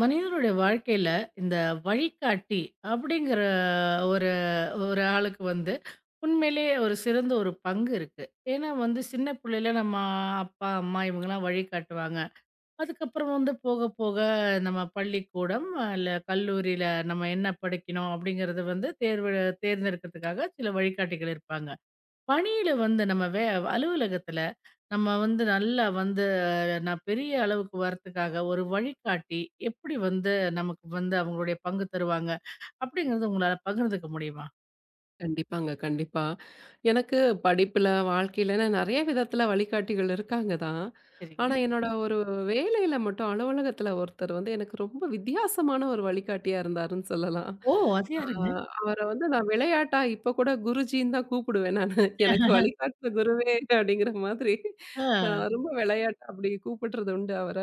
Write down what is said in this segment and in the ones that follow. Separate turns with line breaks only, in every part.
மனிதனுடைய வாழ்க்கையில இந்த வழிகாட்டி அப்படிங்கிற ஒரு ஒரு ஆளுக்கு வந்து உண்மையிலேயே ஒரு சிறந்த ஒரு பங்கு இருக்கு. ஏன்னா வந்து சின்ன பிள்ளையில நம்ம அப்பா, அம்மா இவங்கலாம் வழிகாட்டுவாங்க. அதுக்கப்புறம் வந்து போக போக நம்ம பள்ளிக்கூடம் இல்ல கல்லூரியில நம்ம என்ன படிக்கணும் அப்படிங்கிறது வந்து தேர்வு தேர்ந்தெடுக்கிறதுக்காக சில வழிகாட்டிகள் இருப்பாங்க. பணியில வந்து நம்ம வே அலுவலகத்தில நம்ம வந்து நல்லா வந்து நான் பெரிய அளவுக்கு வரத்துக்காக ஒரு வழிகாட்டி எப்படி வந்து நமக்கு வந்து அவங்களுடைய பங்கு தருவாங்க அப்படிங்கறது உங்களால பகிர்ந்துக்க முடியுமா?
கண்டிப்பாங்க, கண்டிப்பா. எனக்கு படிப்புல, வாழ்க்கையிலன்னு நெறைய விதத்துல வழிகாட்டிகள் இருக்காங்க தான்.
சரிங்க.
ஆனா, என்னோட ஒரு வேலையில மட்டும் அலுவலகத்துல ஒருத்தர் வந்து எனக்கு ரொம்ப வித்தியாசமான ஒரு வழிகாட்டியா இருந்தாருன்னு சொல்லலாம்.
ஓ! அது
ஆ
யாருங்க?
அவர வந்து நான் விளையாட்டா இப்ப கூட குருஜின்னு தான் கூப்பிடுவேன் நானு. எனக்கு வழிகாட்டுன குருவே அப்படிங்கிற மாதிரி அ
ஆ.
ரொம்ப விளையாட்டா அப்படி கூப்பிடுறது உண்டு அவர.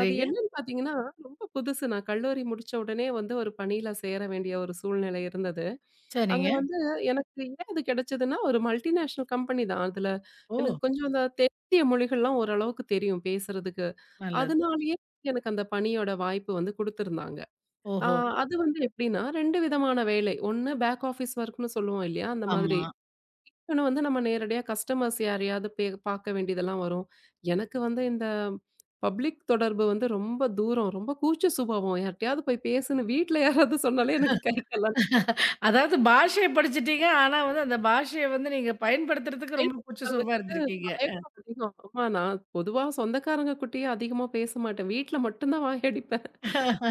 அது என்னன்னு பார்த்தீங்கன்னா, ரொம்ப புதுசு. நான் கல்லூரி முடிச்ச உடனே வந்து ஒரு பணியில சேர வேண்டிய ஒரு சூழ்நிலை இருந்தது. அங்க
சரிங்க.
வந்து எனக்கு ஏன் அது கிடைச்சதுன்னா, ஒரு மல்டிநேஷனல் கம்பெனி தான். அதுல
ஓ!
எனக்கு கொஞ்சம் அந்த தென்னிந்திய மொழிகள்லாம் ஓரளவுக்கு தெரியும் பேசுறதுக்கு.
நல்லது.
அதனாலேயே எனக்கு அந்த பணியோட வாய்ப்பு வந்து குடுத்துருந்தாங்க. ஆ
ஓஹோ!
அது வந்து எப்படின்னா, 2 விதமான வேலை. ஒண்ணு பேக் ஆஃபீஸ் ஒர்க்ன்னு சொல்லுவோம் இல்லையா? அந்த மாதிரி.
ஆமா.
ஆனா வந்து நம்ம நேரடியா கஸ்டமர்ஸ் யாரையாவது பார்க்க வேண்டியதெல்லாம் வரும். எனக்கு வந்து இந்த பப்ளிக் தொடர்பு வந்து ரொம்ப தூரம். ரொம்ப கூச்ச சுபாவம். யார்ட்டயாவது போய் பேசுன்னு வீட்ல யாராவது சொன்னாலே எனக்கு கை கால்லாம்
அதாவது பாஷைய படிச்சுட்டீங்க. ஆனா வந்து அந்த பாஷைய வந்து நீங்க பயன்படுத்துறதுக்கு ரொம்ப கூச்ச
பேசுறதுக்கு
சுபாவா
வந்து
இருந்திருக்கீங்க.
தயக்கம் அதிகம். ஆமா நான் பொதுவா சொந்தக்காரங்க கூட்டயே அதிகமா பேச மாட்டேன். வீட்ல மட்டும் தான் வாயடிப்பேன்.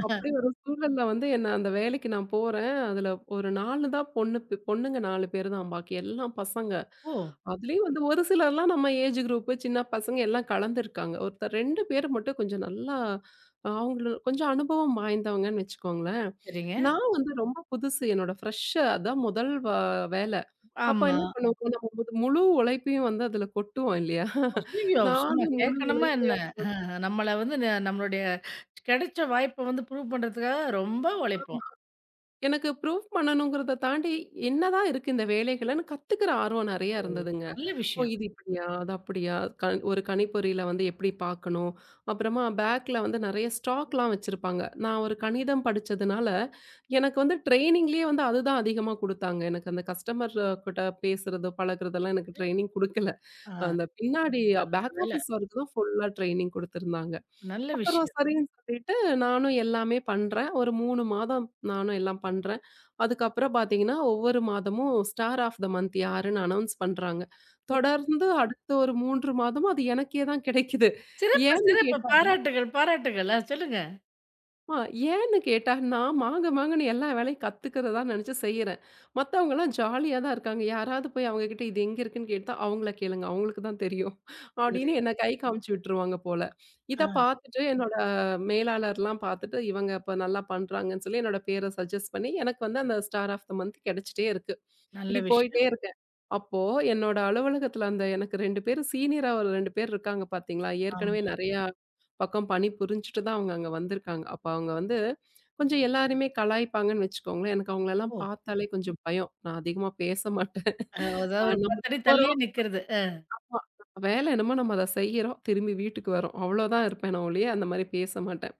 அப்படி ஒரு சூழல்ல வந்து என்ன அந்த வேலைக்கு நான் போறேன். அதுல ஒரு 4 தான் பொண்ணு பொண்ணுங்க 4 பேரு தான். பாக்கி எல்லாம் பசங்க.
ஓ!
அதுலயும் வந்து ஒரு சிலர்லாம் நம்ம ஏஜ் குரூப் சின்ன பசங்க எல்லாம் கலந்துருக்காங்க. ஒருத்தர் 2 பேர் மட்டும் கொஞ்சம் நல்லா அவங்கள கொஞ்சம் அனுபவம் வாய்ந்தவங்கன்னு வச்சுக்கோங்களேன்.
சரிங்க.
நான் வந்து ரொம்ப புதுசு. என்னோட ஃப்ரெஷ்ஷா அதான் முதல் வேல. அப்ப
ஆமா.
என்ன பண்ணுவோம் நம்ம முழு உழைப்பையும் வந்து அதுல கொட்டுவோம் இல்லையா?
ஐய்யயோ! சும்மா
நானும் முழு
கேட்கணுமா என்ன?
உழைப்பையும்
நம்மள வந்து நம்மளுடைய கிடைச்ச வாய்ப்ப வந்து ப்ரூவ் பண்றதுக்காக ரொம்ப உழைப்போம்.
எனக்கு ப்ரூஃப் பண்ணணுங்கிறத தாண்டி, என்னதான் இருக்கு இந்த வேலைகள்ன்னு கத்துக்கிற ஆர்வம் நெறையா
ஓ!
இருந்ததுங்க.
நல்ல
ஓ!
விஷயம்.
இது இப்படியா? அது அப்படியா? க ஒரு கணிப்பொறியில வந்து எப்படி பார்க்கணும்? அப்புறமா பேக்ல வந்து நெறைய ஸ்டாக்லாம் வச்சிருப்பாங்க. நான் ஒரு கணிதம் படிச்சதுனால, எனக்கு வந்து ட்ரெய்னிங்லேயே வந்து அதுதான் அதிகமா குடுத்தாங்க. எனக்கு அந்த கஸ்டமர் கிட்ட பேசுறது, பழகுறதெல்லாம் எனக்கு
புரியுது.
ட்ரெய்னிங் குடுக்கல.
ஆ.
அந்த பின்னாடி
நல்ல
பேக்
வேல.
ஆஃபீஸ் வரைக்கும் தான் ஃபுல்லா ட்ரெய்னிங் குடுத்துருந்தாங்க.
நல்ல
அப்புறம்
விஷயம்.
சரின்னு சொல்லிட்டு நானும் எல்லாமே பண்றேன். ஒரு 3 மாதம் நானும் எல்லாம் பண்றேன். அதுக்கப்புறம் பார்த்தீங்கன்னா, ஒவ்வொரு மாதமும் ஸ்டார் ஆஃப் த மந்த் யாருன்னு அனௌன்ஸ் பண்றாங்க. தொடர்ந்து அடுத்த ஒரு 3 மாதமும் அது எனக்கே தான் கிடைக்குது.
சிறப்பு,
ஏன்னு
சிறப்பு.
கேட்டா
பாராட்டுகள், பாராட்டுகள். ஆ, சொல்லுங்க.
ஆ ஏன்னு கேட்டா, நான் மாங்க மாங்கன்னு எல்லா வேலையும் கத்துக்கிறதா நெனச்சு செய்யறேன். மத்தவங்கலாம் ஜாலியா தான் இருக்காங்க. யாராவது போய் அவங்க கிட்ட இது எங்க இருக்குன்னு கேட்டா, "அவங்கள கேளுங்க. அவங்களுக்கு தான் தெரியும்." அப்படின்னு
புரியுது.
என்ன கை காமிச்சு விட்டுருவாங்க போல.
ஆ.
இத பாத்துட்டு என்னோட மேலாளர்லாம் பாத்துட்டு, இவங்க இப்ப நல்லா பண்றாங்கன்னு சொல்லி என்னோட பேர சஜெஸ்ட் பண்ணி, எனக்கு வந்து அந்த ஸ்டார் ஆஃப் த மந்த் கெடைச்சிட்டே இருக்கு.
நல்ல
இப்படி போயிட்டே
விஷயம்.
இருக்கேன். அப்போ என்னோட அலுவலகத்துல அந்த எனக்கு 2 பேரு சீனியரா ஒரு 2 பேர் இருக்காங்க பாத்தீங்களா? ஏற்கனவே
ஆமா.
நெறையா பக்கம் பணி புரிஞ்சுட்டு தான் அவங்க அங்க வந்திருக்காங்க. அப்ப அவங்க வந்து கொஞ்சம் எல்லாரையுமே கலாய்ப்பாங்கன்னு வச்சுக்கோங்களேன். எனக்கு அவங்களலாம்
ஓ!
பார்த்தாலே கொஞ்சம் பயம். நான் அதிகமா பேச மாட்டேன்.
அதாவது ஒரு
நம்ம
10 அடி தள்ளியே
போறோம்
நிக்கிறது. அ.
ஆமா. வேலை என்னமோ நம்ம அத செய்யறோம். திரும்பி வீட்டுக்கு வரோம். அவ்வளோதான் இருப்பேனே ஒழிய, அந்த மாரி பேச மாட்டேன்.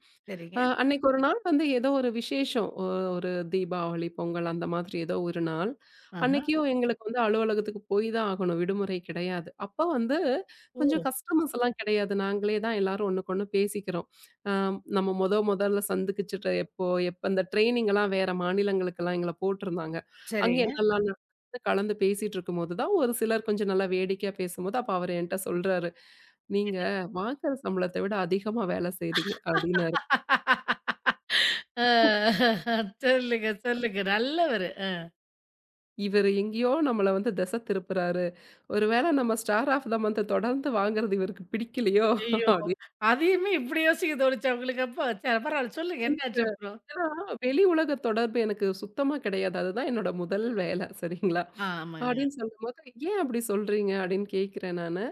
சரிங்க.
அன்னைக்கு ஒரு நாள் வந்து ஏதோ ஒரு விசேஷம். ஒரு தீபாவளி, பொங்கல் அந்த மாதிரி ஏதோ ஒரு நாள்.
ஆஹா.
அன்னைக்கும் எங்களுக்கு வந்து அலுவலகத்துக்கு போய் தான் ஆகணும். விடுமுறை கிடையாது. அப்ப வந்து கொஞ்சம்
ஓ!
கஸ்டமர்ஸ் எல்லாம் கிடையாது. நாங்களே தான் எல்லாரும் ஒண்ணுக்கொண்ணு பேசிக்கிறோம். அ நம்ம மொதல்ல சந்திக்கிச்சுட்டு எப்ப இந்த ட்ரெய்னிங் எல்லாம் வேற மாநிலங்களுக்கெல்லாம் எங்கள போட்டிருந்தாங்க. அங்க
சரிங்க.
என்னெல்லாம் நடக்குதுன்னு கலந்து பேசிட்டு இருக்கும்போது தான் ஒரு சிலர் கொஞ்சம் நல்லா வேடிக்கையா பேசும்போது, அப்ப அவரு என்ட்ட சொல்றாரு, "நீங்க வாங்குற சம்பளத்த விட அதிகமா வேலை செய்றீங்க" அப்படின்னு
ஆ, சொல்லுங்க, சொல்லுங்க. நல்லவரு. அ.
இவரு எங்கேயோ நம்மள வந்து திசை திருப்புறாரு. ஒருவேளை நம்ம ஸ்டார் ஆஃப் த மந்த் தொடர்ந்து வாங்குறது இவருக்கு பிடிக்கலையோ!
ஐயோ!
அப்படின்னு
அதையுமே இப்படி யோசிக்க தோணுச்சா உங்களுக்கு அப்போ? சரி, பரவால்ல, சொல்லுங்க.
எனக்கு
என்னாச்சு அப்புறம்?
ஏன்னா வெளி உலக தொடர்பு எனக்கு சுத்தமா கிடையாது. அதுதான் என்னோட முதல் வேலை சரிங்களா?
ஆமாங்க.
அப்படின்னு சொல்லும்போது, "ஏன் அப்படி சொல்றீங்க?" அப்படின்னு கேட்கிறேன் நானு.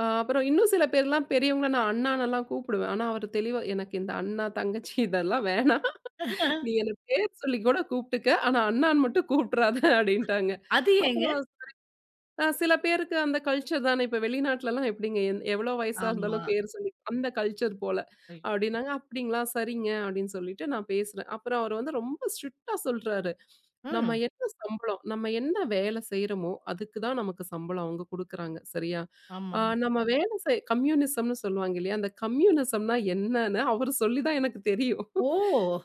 அப்புறம் இன்னும் சில பேர்லாம் பெரியவங்கள நான் அண்ணான்னுலாம் கூப்பிடுவேன். ஆனா அவரு தெளிவா "எனக்கு இந்த அண்ணா, தங்கச்சி இதெல்லாம் வேணாம். நீ என்ன பேர் சொல்லி கூட கூப்பிட்டுக்க. ஆனா அண்ணான்னு மட்டும் கூப்பிட்றாத" அப்படின்ட்டாங்க.
அது ஏங்க?
அப்புறம் சில பேருக்கு அந்த கல்ச்சர் தானே. இப்ப வெளிநாட்லலாம் எப்படிங்க எவ்வளோ வயசா
ஆமா.
இருந்தாலும் பேர் சொல்லி அந்த கல்ச்சர் போல.
ஐயோ!
அப்படின்னாங்க. "அப்படிங்களா? சரிங்க." அப்படின்னு சொல்லிட்டு நான் பேசுறேன். அப்புறம் அவர் வந்து ரொம்ப ஸ்ட்ரிக்ட்டா சொல்றாரு. "நம்ம
ம்.
என்ன சம்பளம், நம்ம என்ன வேலை செய்றோமோ, அதுக்கு தான் நமக்கு சம்பளம் அவங்க குடுக்குறாங்க. சரியா?
ஆமா.
நம்ம வேலை செய்" கம்யூனிசம்னு சொல்லுவாங்க இல்லையா? அந்த கம்யூனிசம்னா என்னன்னு அவரு சொல்லி தான் எனக்கு தெரியும்.
ஓ!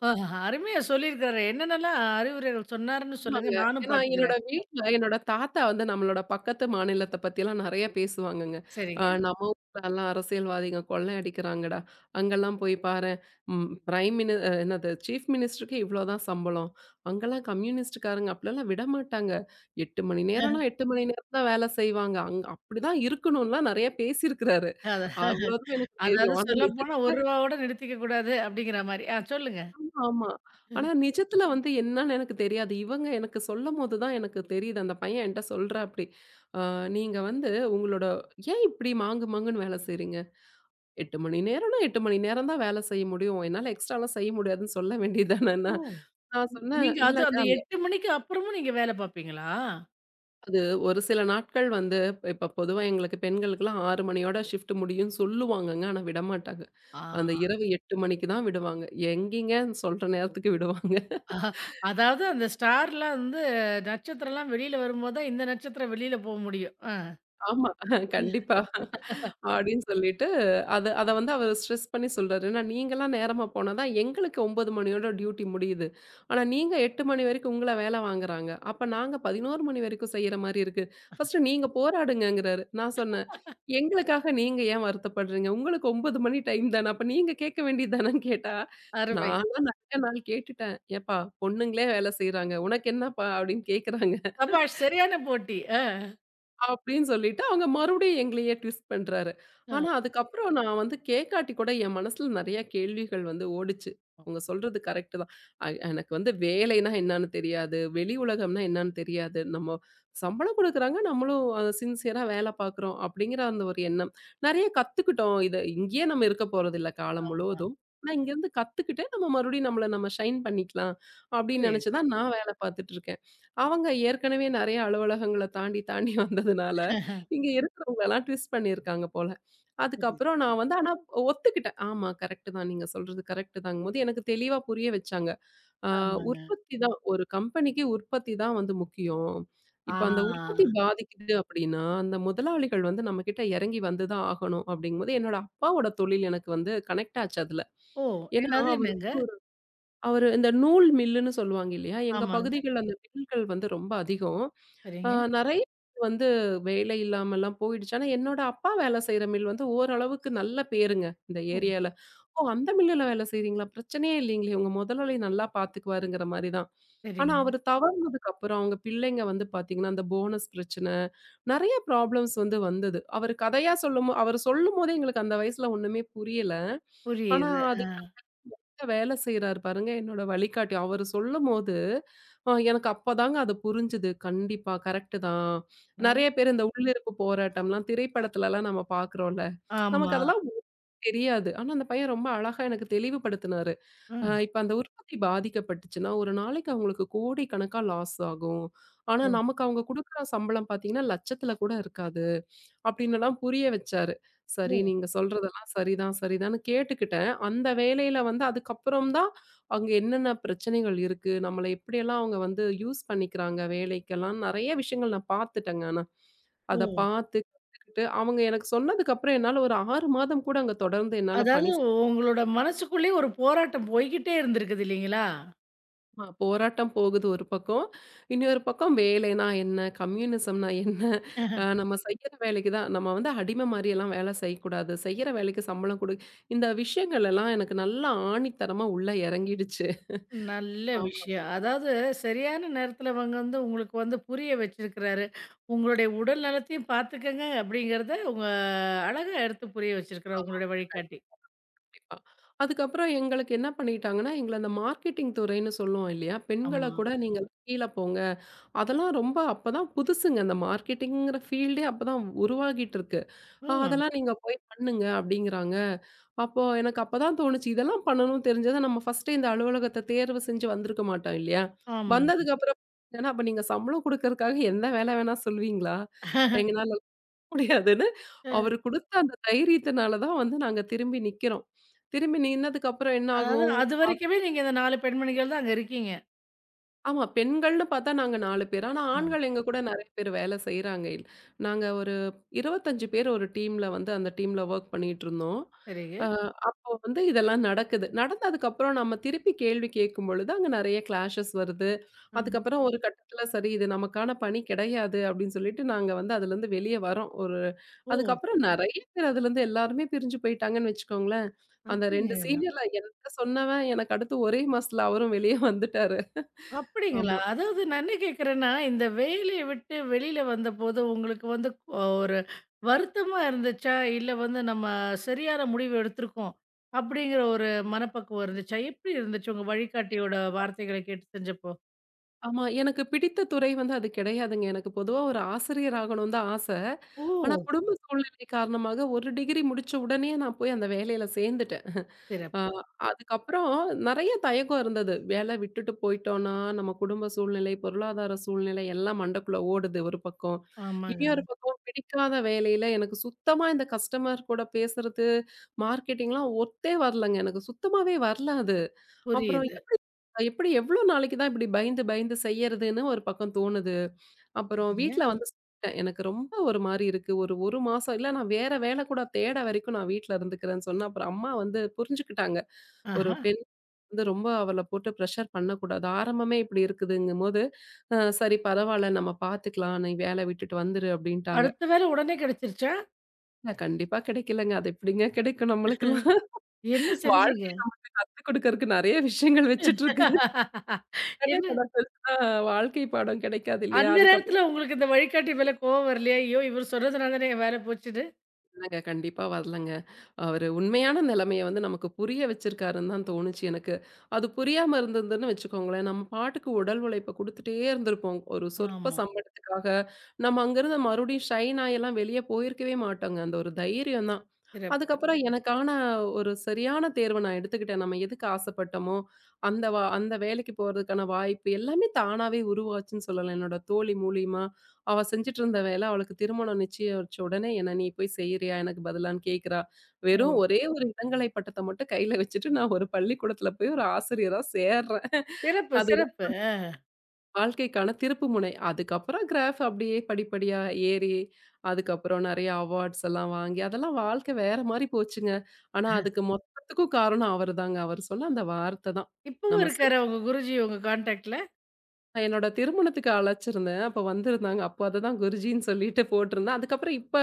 அருமையா சொல்லியிருக்காரு. என்னென்னலாம் அறிவுரைகள் சொன்னாருன்னு சொல்லுங்க.
ஆமாங்க.
நானும்
ஏன்னா என்னோட
பாத்துக்கிறேன்.
வீட்ல என்னோட தாத்தா வந்து நம்மளோட பக்கத்து மாநிலத்த பத்திலாம் நெறைய பேசுவாங்கங்க.
சரிங்க.
நம்ம ஊர்லலாம் அரசியல்வாதிங்க கொள்ளை அடிக்கிறாங்கடா. அங்கெல்லாம் போய் பாரேன். ம் பிரைம் மினி அ என்னது சீஃப் மினிஸ்டருக்கு இவ்ளோ தான் சம்பளம். அங்கலாம் கம்யூனிஸ்ட்காரங்க அப்படிலாம் விடமாட்டாங்க. 8 மணி நேரம்னா 8 மணி நேரம் தான் வேலை செய்வாங்க. அங்க அப்படிதான் இருக்கணும்லாம் நெறைய பேசியிருக்கிறாரு.
அதான்.
அவ்ளோதான் எனக்கு
அதாவது
தெரியும். ஆனா நிஜ
சொல்லப்போனா ரூ. 1 நிறுத்திக்க கூடாது அப்படிங்கிற மாரி. ஆ, சொல்லுங்க.
ஆமா. ஆனா நிஜத்துல வந்து என்னன்னு எனக்கு தெரியாது. இவங்க எனக்கு சொல்லும்போது தான் எனக்கு தெரியுது. அந்த பையன் என்ட்ட சொல்றான் அப்படி. "ஆ நீங்க வந்து உங்களோட ஏன் இப்படி மாங்கு மாங்குன்னு வேலை செய்றீங்க? 8 மணி நேரம்னா 8 மணி நேரம் தான் வேலை செய்ய முடியும். என்னால எக்ஸ்ட்ராலாம் செய்ய முடியாதுன்னு சொல்ல வேண்டியது தானேன்னா."
ஓ!
நான் சொன்னேன்,
நீங்க அது
"இல்லங்க
அந்த
அது
8 மணிக்கு அப்புறமும் நீங்க வேல பாப்பீங்களா?
அது ஒரு சில நாட்கள் வந்து இப்ப பொதுவா எங்களுக்கு பெண்களுக்கெல்லாம் 6 மணியோட ஷிஃப்ட் முடியும்னு சொல்லுவாங்கங்க. ஆனா விடமாட்டாங்க.
ஆ.
அந்த இரவு 8 மணிக்கு தான் விடுவாங்க." எங்கேங்க சொல்ற நேரத்துக்கு விடுவாங்க.
அதாவது அந்த ஸ்டார்லாம் வந்து நட்சத்திரம்லாம் வெளியில வரும்போது தான், இந்த நட்சத்திரம் வெளியில போ முடியும். ஆ.
ஆமா. கண்டிப்பா. அப்படின்னு சொல்லிட்டு அத அத வந்து அவரு ஸ்ட்ரெஸ் பண்ணி சொல்றாரு. ஏன்னா, நீங்கலாம் நேரமா போனா தான் எங்களுக்கு 9 மணியோட டியூட்டி முடியுது. ஆனா, நீங்க 8 மணி வரைக்கும் உங்கள வேல வாங்குறாங்க. அப்ப நாங்க 11 மணி வரைக்கும் செய்ற மாரி இருக்கு. ஃபர்ஸ்ட்டு நீங்க போராடுங்கங்கிறாரு. நான் சொன்னேன், "எங்களுக்காக நீங்க ஏன் வருத்தப்படுறீங்க? உங்களுக்கு 9 மணி டைம் தானே. அப்ப நீங்க கேட்க வேண்டியது தானேன்னு" கேட்டா,
அருமை.
நான்லாம் நெறைய நாள் கேட்டுட்டேன். "ஏப்பா பொண்ணுங்களே வேல செய்றாங்க. உனக்கு என்னப்பா?" அப்படின்னு கேட்குறாங்க.
சபாஷ்! சரியான போட்டி. ஆ.
அப்படின்னு சொல்லிட்டு அவங்க மறுபடியும் எங்களையே ட்விஸ்ட் பண்றாரு.
ஆ.
ஆனா, அதுக்கப்புறம் நான் வந்து கேட்காட்டி கூட என் மனசுல நெறைய கேள்விகள் வந்து ஓடுச்சு. அவங்க சொல்றது கரெக்ட் தான். எனக்கு வந்து வேலைன்னா என்னன்னு தெரியாது. வெளி உலகம்னா என்னன்னு தெரியாது. நம்ம சம்பளம் குடுக்குறாங்க, நம்மளும் சின்சியரா வேலை பார்க்குறோம் அப்படிங்கிற அந்த ஒரு எண்ணம். நெறைய கத்துக்கிட்டோம். இத இங்கேயே நம்ம இருக்க போறதில்ல காலம்
ஆமா.
முழுவதும். ஆனா, இங்கேருந்து கத்துக்கிட்டு நம்ம மறுபடியும் நம்மள நம்ம ஷைன் பண்ணிக்கலாம் அப்படின்னு நெனைச்சு
புரியுது.
தான் நான் வேலை பார்த்துட்டு இருக்கேன். அவங்க ஏற்கனவே நெறைய அலுவலகங்கள தாண்டி, தாண்டி வந்ததுனால, இங்க இருக்கிறவங்களலாம் ட்விஸ்ட் பண்ணியிருக்காங்க போல.
புரியுது.
அதுக்கப்புறம் நான் வந்து ஆனா ஒத்துக்கிட்டேன். ஆமா கரெக்ட்டு தான். நீங்க சொல்றது கரெக்ட்டு தாங்கும்போது எனக்கு தெளிவா புரிய வச்சாங்க. ஆ
ஆமாங்க.
உற்பத்தி தான் ஒரு கம்பெனிக்கு உற்பத்தி தான் வந்து முக்கியம். இப்ப அந்த
ஆ.
உற்பத்தி பாதிக்குது அப்டின்னா, அந்த முதலாளிகள் வந்து நம்ம கிட்ட எறங்கி வந்து தான் ஆகணும் அப்டிங்கும்போது, என்னோட அப்பாவோட தொழில் எனக்கு வந்து கனெக்ட் ஆச்சு அதுல.
ஓ!
ஏன்னா
என்னது என்னங்க?
அவரு இந்த நூல் மில்லுன்னு சொல்லுவாங்க இல்லையா? எங்க
ஆமாங்க.
பகுதிகள்ல அந்த மில்கள் வந்து ரொம்ப அதிகம். அ
சரிங்க.
நெறைய வந்து வேலை இல்லாமல்லாம் போயிடுச்சு. ஆனா, என்னோட அப்பா வேலை செய்ற மில் வந்து ஓரளவுக்கு நல்ல பேருங்க, இந்த
ஓ!
ஏரியால. "ஓ! அந்த மில்லுல வேலை செய்றீங்களா? பிரச்சனையே இல்லைங்களே! உங்க முதலாளி நல்லா பாத்துக்குவாருங்கிற" மாரி தான். ஆனா,
சரிங்க.
அவரு தவறுனதுக்கு அப்புறம் அவங்க பிள்ளைங்க வந்து பாத்தீங்கன்னா, அந்த போனஸ் பிரச்சனை, நெறைய ப்ராப்ளம்ஸ் வந்து வந்தது. அவரு கதையா சொல்லும்போதே எங்களுக்கு அந்த வயசுல ஒண்ணுமே புரியல. ஆனா,
புரியுது.
அது வேலை செய்றாரு பாருங்க, என்னோட வழிகாட்டி. அவரு சொல்லும்போது, எனக்கு அப்பதாங்க அது புரிஞ்சுது. கண்டிப்பா கரெக்ட்டு தான்.
நல்
நெறைய பேர் இந்த உள்ளிருப்பு போராட்டம்லாம் திரைப்படத்துலலாம் நம்ம பார்க்குறோம்ல. நமக்கு
ஆமா.
அதெல்லாம் தெரியாது. ஆனா அந்த பையன் ரொம்ப அழகா எனக்கு தெளிவுபடுத்தினாரு.
ம்.
இப்ப அந்த உற்பத்தி பாதிக்கப்பட்டுச்சுன்னா, ஒரு நாளைக்கு அவங்களுக்கு கோடிக்கணக்கா லாஸ் ஆகும். ஆனா,
ஓ!
நமக்கு அவங்க குடுக்குற சம்பளம் பார்த்தீங்கன்னா, லட்சத்தில கூட இருக்காது. அப்படின்னுலாம் புரிய வச்சாரு. சரி,
ஓ!
நீங்க சொல்றதெல்லாம் சரிதான், சரிதான்னு கேட்டுக்கிட்டேன். அந்த வேலையில வந்து அதுக்கப்புறம் தான் அங்க என்னென்ன பிரச்சனைகள் இருக்கு, நம்மள எப்படியெல்லாம் அவங்க வந்து யூஸ் பண்ணிக்கிறாங்க வேலைக்கெல்லாம் நெறைய விஷயங்கள் நான் பார்த்துட்டேங்க ஆனா.
ஓ!
அத பார்த்து, கத்துக்கிட்டு அவங்க எனக்கு சொன்னதுக்கப்புறம் என்னால ஒரு 6 மாதம் கூட அங்க தொடர்ந்து என்னால பணி
அதாவது உங்களோட மனசுக்குள்ளேயே ஒரு போராட்டம் போய்க்கிட்டே இருந்திருக்குது இல்லைங்களா?
ஆமா, போராட்டம் போகுது ஒரு பக்கம். இன்னொரு பக்கம் வேலைனா என்ன? கம்யூனிசம்னா என்ன? நம்ம செய்யற வேலைக்கு தான் நம்ம வந்து அடிமை மாரியெல்லாம் வேலை செய்யக்கூடாது. செய்யற வேலைக்கு சம்பளம் குடு இந்த விஷயங்கள் எல்லாம் எனக்கு நல்லா ஆணித்தரமா உள்ள இறங்கிடுச்சு.
நல்ல
ஆமா,
விஷயம். அதாவது சரியான நேரத்துல அவங்க வந்து உங்களுக்கு வந்து புரிய வச்சிருக்கிறாரு. உங்களுடைய உடல் நலத்தையும் பார்த்துக்கங்க அப்படிங்கிறத உங்க அழகா எடுத்து புரிய வச்சிருக்கிறார்
ஆமா.
உங்களுடைய வழிகாட்டி.
கண்டிப்பா. அதுக்கப்புறம் எங்களுக்கு என்ன பண்ணிட்டாங்கன்னா, எங்கள அந்த மார்க்கெட்டிங் துறைன்னு சொல்லுவோம் இல்லையா? பெண்கள
ஆமா.
கூட நீங்க கீழ போங்க. அதெல்லாம் ரொம்ப அப்பதான் புதுசுங்க. அந்த மார்க்கெட்டிங்கிற ஃபீல்டே அப்பதான் உருவாகிட்டு இருக்கு.
ம்.
அதெல்லாம் நீங்க போய் பண்ணுங்க அப்படிங்கிறாங்க. அப்போ எனக்கு அப்பதான் தோணுச்சு, இதெல்லாம் பண்ணணும் தெரிஞ்சா நம்ம ஃபர்ஸ்ட்டே இந்த அலுவலகத்த தேர்வு செஞ்சு வந்திருக்க மாட்டோம் இல்லையா?
ஆமா.
வந்ததுக்கு அப்புறம் ஏன்னா அப்ப நீங்க சம்பளம் குடுக்கறதுக்காக எந்த வேலை வேணா சொல்வீங்களா? எங்கனால முடியாதுன்னு,
அ
அவரு குடுத்த அந்த தைரியத்தினால தான் வந்து நாங்க திரும்பி நிக்கிறோம். திரும்பி நின்னதுக்கு அப்புறம் என்ன
அதாவது
ஆகும்?
அதுவரைக்குமே நீங்க இந்த 4 பெண்மணிகள் தான் அங்க இருக்கீங்க.
ஆமா. பெண்கள்னு பாத்தா நாங்க 4 பேர். ஆனா,
ஆ.
ஆண்கள் எங்க கூட நெறைய பேர் வேல செய்றாங்க. நாங்க ஒரு 25 பேர் ஒரு டீம்ல வந்து அந்த டீம்ல வொர்க் பண்ணிட்டுருந்தோம். அ
சரிங்க.
அப்போ வந்து இதெல்லாம் நடக்குது. நடந்ததுக்கப்புறம் நம்ம திருப்பி கேள்வி கேட்கும் பொழுது, அங்க நெறைய கிளாஷஸ் வருது.
ம்.
அதுக்கப்புறம் ஒரு கட்டத்துல சரி இது நமக்கான பணி கிடையாது அப்படின்னு சொல்லிட்டு நாங்க வந்து அதுலருந்து வெளிய வரோம்.
ஓ!
அதுக்கப்புறம் நெறைய பேர் அதுலருந்து எல்லாருமே பிரிஞ்சு போயிட்டாங்கன்னு வச்சுக்கோங்களேன். அந்த 2
அப்படிங்களா?
சீனியர்ல என்ட்ட சொன்னவன் எனக்கு அடுத்து ஒரே மாசத்துல அவரும் வெளிய வந்துட்டாரு.
அப்படிங்களா?
ஆமா.
அதாவது நான் என்ன கேட்கிறேன்னா, இந்த வேலைய விட்டு வெளியில வந்தபோது உங்களுக்கு வந்து ஒரு வருத்தமா இருந்துச்சா? இல்ல வந்து நம்ம சரியான முடிவு எடுத்திருக்கோம் அப்படிங்கிற ஒரு மனப்பக்குவம் இருந்துச்சா? எப்படி இருந்துச்சு உங்க வழிகாட்டியோட வார்த்தைகள கேட்டு செஞ்சப்போ?
ஆமா. எனக்கு பிடித்த துறை வந்து அது கிடையாதுங்க. எனக்கு பொதுவா ஒரு ஆசிரியர் ஆகணும்னு தான் ஆசை.
ஓ!
ஆனா குடும்ப சூழ்நிலை காரணமாக ஒரு டிகிரி முடிச்ச உடனே நான் போய் அந்த வேலையில சேர்ந்துட்டேன். அ
சிறப்பு.
அதுக்கப்புறம் நெறைய தயக்கம் இருந்தது. வேலை விட்டுட்டு போயிட்டோம்னா, நம்ம குடும்ப சூழ்நிலை, பொருளாதார சூழ்நிலை எல்லாம் மண்டக்குள்ள ஓடுது ஒரு பக்கம்.
ஆமாங்க.
இன்னொரு பக்கம் பிடிக்காத வேலையில எனக்கு சுத்தமா இந்த கஸ்டமர் கூட பேசுறது, மார்க்கெட்டிங்லாம் ஒத்தே வரலங்க. எனக்கு சுத்தமாவே வரல அது. அப்புறம்
புரியுது.
எப்படி எப்படி எவ்வளோ நாளைக்கு தான் இப்படி பயந்து பயந்து செய்யறதுன்னு ஒரு பக்கம் தோணுது. அப்புறம்
சரிங்க.
வீட்ல வந்து சொல்லிட்டேன். எனக்கு ரொம்ப ஒரு மாரி இருக்கு. ஒரு 1 மாசம் இல்ல நான் வேற வேலை கூட தேட வரைக்கும் நான் வீட்ல இருந்துக்கிறேன்னு சொன்னேன். அப்புறம் அம்மா வந்து புரிஞ்சுக்கிட்டாங்க. ஒரு
ஆஹா.
பெண் வந்து ரொம்ப அவள போட்டு பிரஷர் பண்ணக்கூடாது. ஆரம்பமே இப்படி இருக்குதுங்கும்போது, சரி பரவால்ல நம்ம பார்த்துக்கலாம். நீ வேலை விட்டுட்டு வந்துரு அப்படின்ட்டாங்க.
அடுத்த வேலை உடனே கிடைச்சிருச்சா?
இல்ல கண்டிப்பா கிடைக்கலங்க. அது எப்படிங்க கிடைக்கும் நம்மளுக்கெல்லாம்?
என்ன செஞ்சீங்க?
வாழ்க்கை கத்து குடுக்கறக்கு நெறைய விஷயங்கள் வச்சுட்டு இருக்கு. நிறைய
என்ன
கதை பெருசா வாழ்க்கை பாடம் கிடைக்காது இல்லையா?
அந்த
அதுக்கப்புறம்
நேரத்துல உங்களுக்கு இந்த வழிகாட்டி மேல கோவம் வரலையா? ஐயோ! இவரு சொன்னதுனால தானே என் வேல போச்சுன்னு?
இல்லங்க. கண்டிப்பா வரலங்க. அவரு உண்மையான நிலைமைய வந்து நமக்கு புரிய வச்சிருக்காருன்னு தான் தோணுச்சு எனக்கு. அது புரியாம இருந்ததுன்னு வச்சுக்கோங்களேன், நம்ம பாட்டுக்கு உடல் உழைப்ப குடுத்துட்டே இருந்திருப்போம். ஒரு சொற்ப
ஆமா.
சம்பளத்துக்காக, நம்ம அங்கிருந்து மறுபடியும் ஷைன் ஆயெல்லாம் வெளிய போயிருக்கவே மாட்டோங்க. அந்த ஒரு தைரியம் தான்.
சிறப்பு.
அதுக்கப்புறம் எனக்கான ஒரு சரியான தேர்வ நான் எடுத்துக்கிட்டேன். நம்ம எதுக்கு ஆசைப்பட்டோமோ, அந்த வேலைக்கு போறதுக்கான வாய்ப்பு எல்லாமே தானாவே உருவாச்சுன்னு சொல்லலாம். என்னோட தோழி மூலியமா, அவ செஞ்சுட்டு இருந்த வேலை அவளுக்கு திருமணம் நிச்சயிச்ச உடனே என்ன "நீ போய் செய்றியா? எனக்கு பதிலான்னு" கேட்கிறா. வெறும்
ஓ!
ஒரே ஒரு இளங்கலை பட்டத்த மட்டும் கையில வச்சுட்டு நான் ஒரு பள்ளிக்கூடத்துல போய் ஒரு ஆசிரியரா சேர்றேன்.
சிறப்பு,
அது
சிறப்பு.
வாழ்க்கைக்கான திருப்புமுனை. அதுக்கப்புறம் கிராஃப் அப்படியே படிப்படியா ஏறி, அதுக்கப்புறம் நெறைய அவார்ட்ஸ் எல்லாம் வாங்கி, அதெல்லாம் வாழ்க்கை வேற மாரி போச்சுங்க. ஆனா, அதுக்கு மொத்தத்துக்கும் காரணம் அவருதாங்க. அவர் சொன்ன அந்த வார்த்த தான்.
இப்பவும்
நம்ம செய்ய
இருக்காரா உங்க குருஜி உங்க கான்டாக்ட்ல?
நான் என்னோட திருமணத்துக்கு அழைச்சிருந்தேன். அப்ப வந்திருந்தாங்க. அப்போ அத தான் குருஜின்னு சொல்லிட்டு போட்டிருந்தேன். அதுக்கப்புறம் இப்ப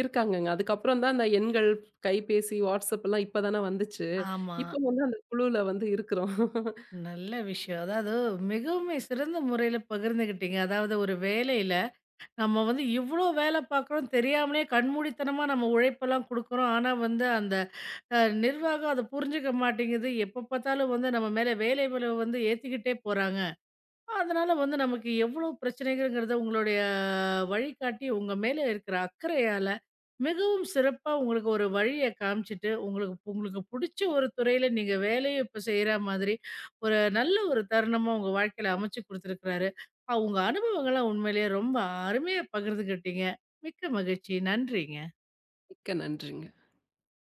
இருக்காங்கங்க. அதுக்கப்புறம் தான் அந்த எண்கள், கைபேசி, வாட்ஸ்அப் எல்லாம் இப்ப தான வந்துச்சு.
ஆமா.
இப்ப வந்து அந்த குழுல வந்து இருக்கிறோம்.
நல்ல விஷயம். அதாவது மிகவுமே சிறந்த முறையில பகிர்ந்துகிட்டீங்க. அதாவது ஒரு வேலையில நம்ம வந்து இவ்ளோ வேலை பார்க்குறோம் தெரியாமலே கண்மூடித்தனமா நம்ம உழைப்பெல்லாம் குடுக்குறோம். ஆனா வந்து அந்த அ நிர்வாகம் அத புரிஞ்சுக்க மாட்டேங்குது. எப்ப பார்த்தாலும் வந்து நம்ம மேல வேலை பளுவ வந்து ஏத்திக்கிட்டே போறாங்க. அதனால வந்து நமக்கு எவ்வளோ பிரச்சனைகள்ங்கிறத உங்களுடைய வழிகாட்டி உங்க மேல இருக்கிற அக்கறையால மிகவும் சிறப்பா உங்களுக்கு ஒரு வழிய காமிச்சிட்டு உங்களுக்கு உங்களுக்கு பிடிச்ச ஒரு துறையில நீங்க வேலையும் இப்ப செய்யற மாதிரி ஒரு நல்ல ஒரு தருணமா உங்க வாழ்க்கையில அமைச்சு கொடுத்துருக்கிறாரு. உங்க அனுபவங்கள்லாம் உண்மையிலேயே ரொம்ப அருமையா பகிர்ந்துக்கிட்டீங்க. மிக்க மகிழ்ச்சி, நன்றிங்க.
மிக்க நன்றிங்க.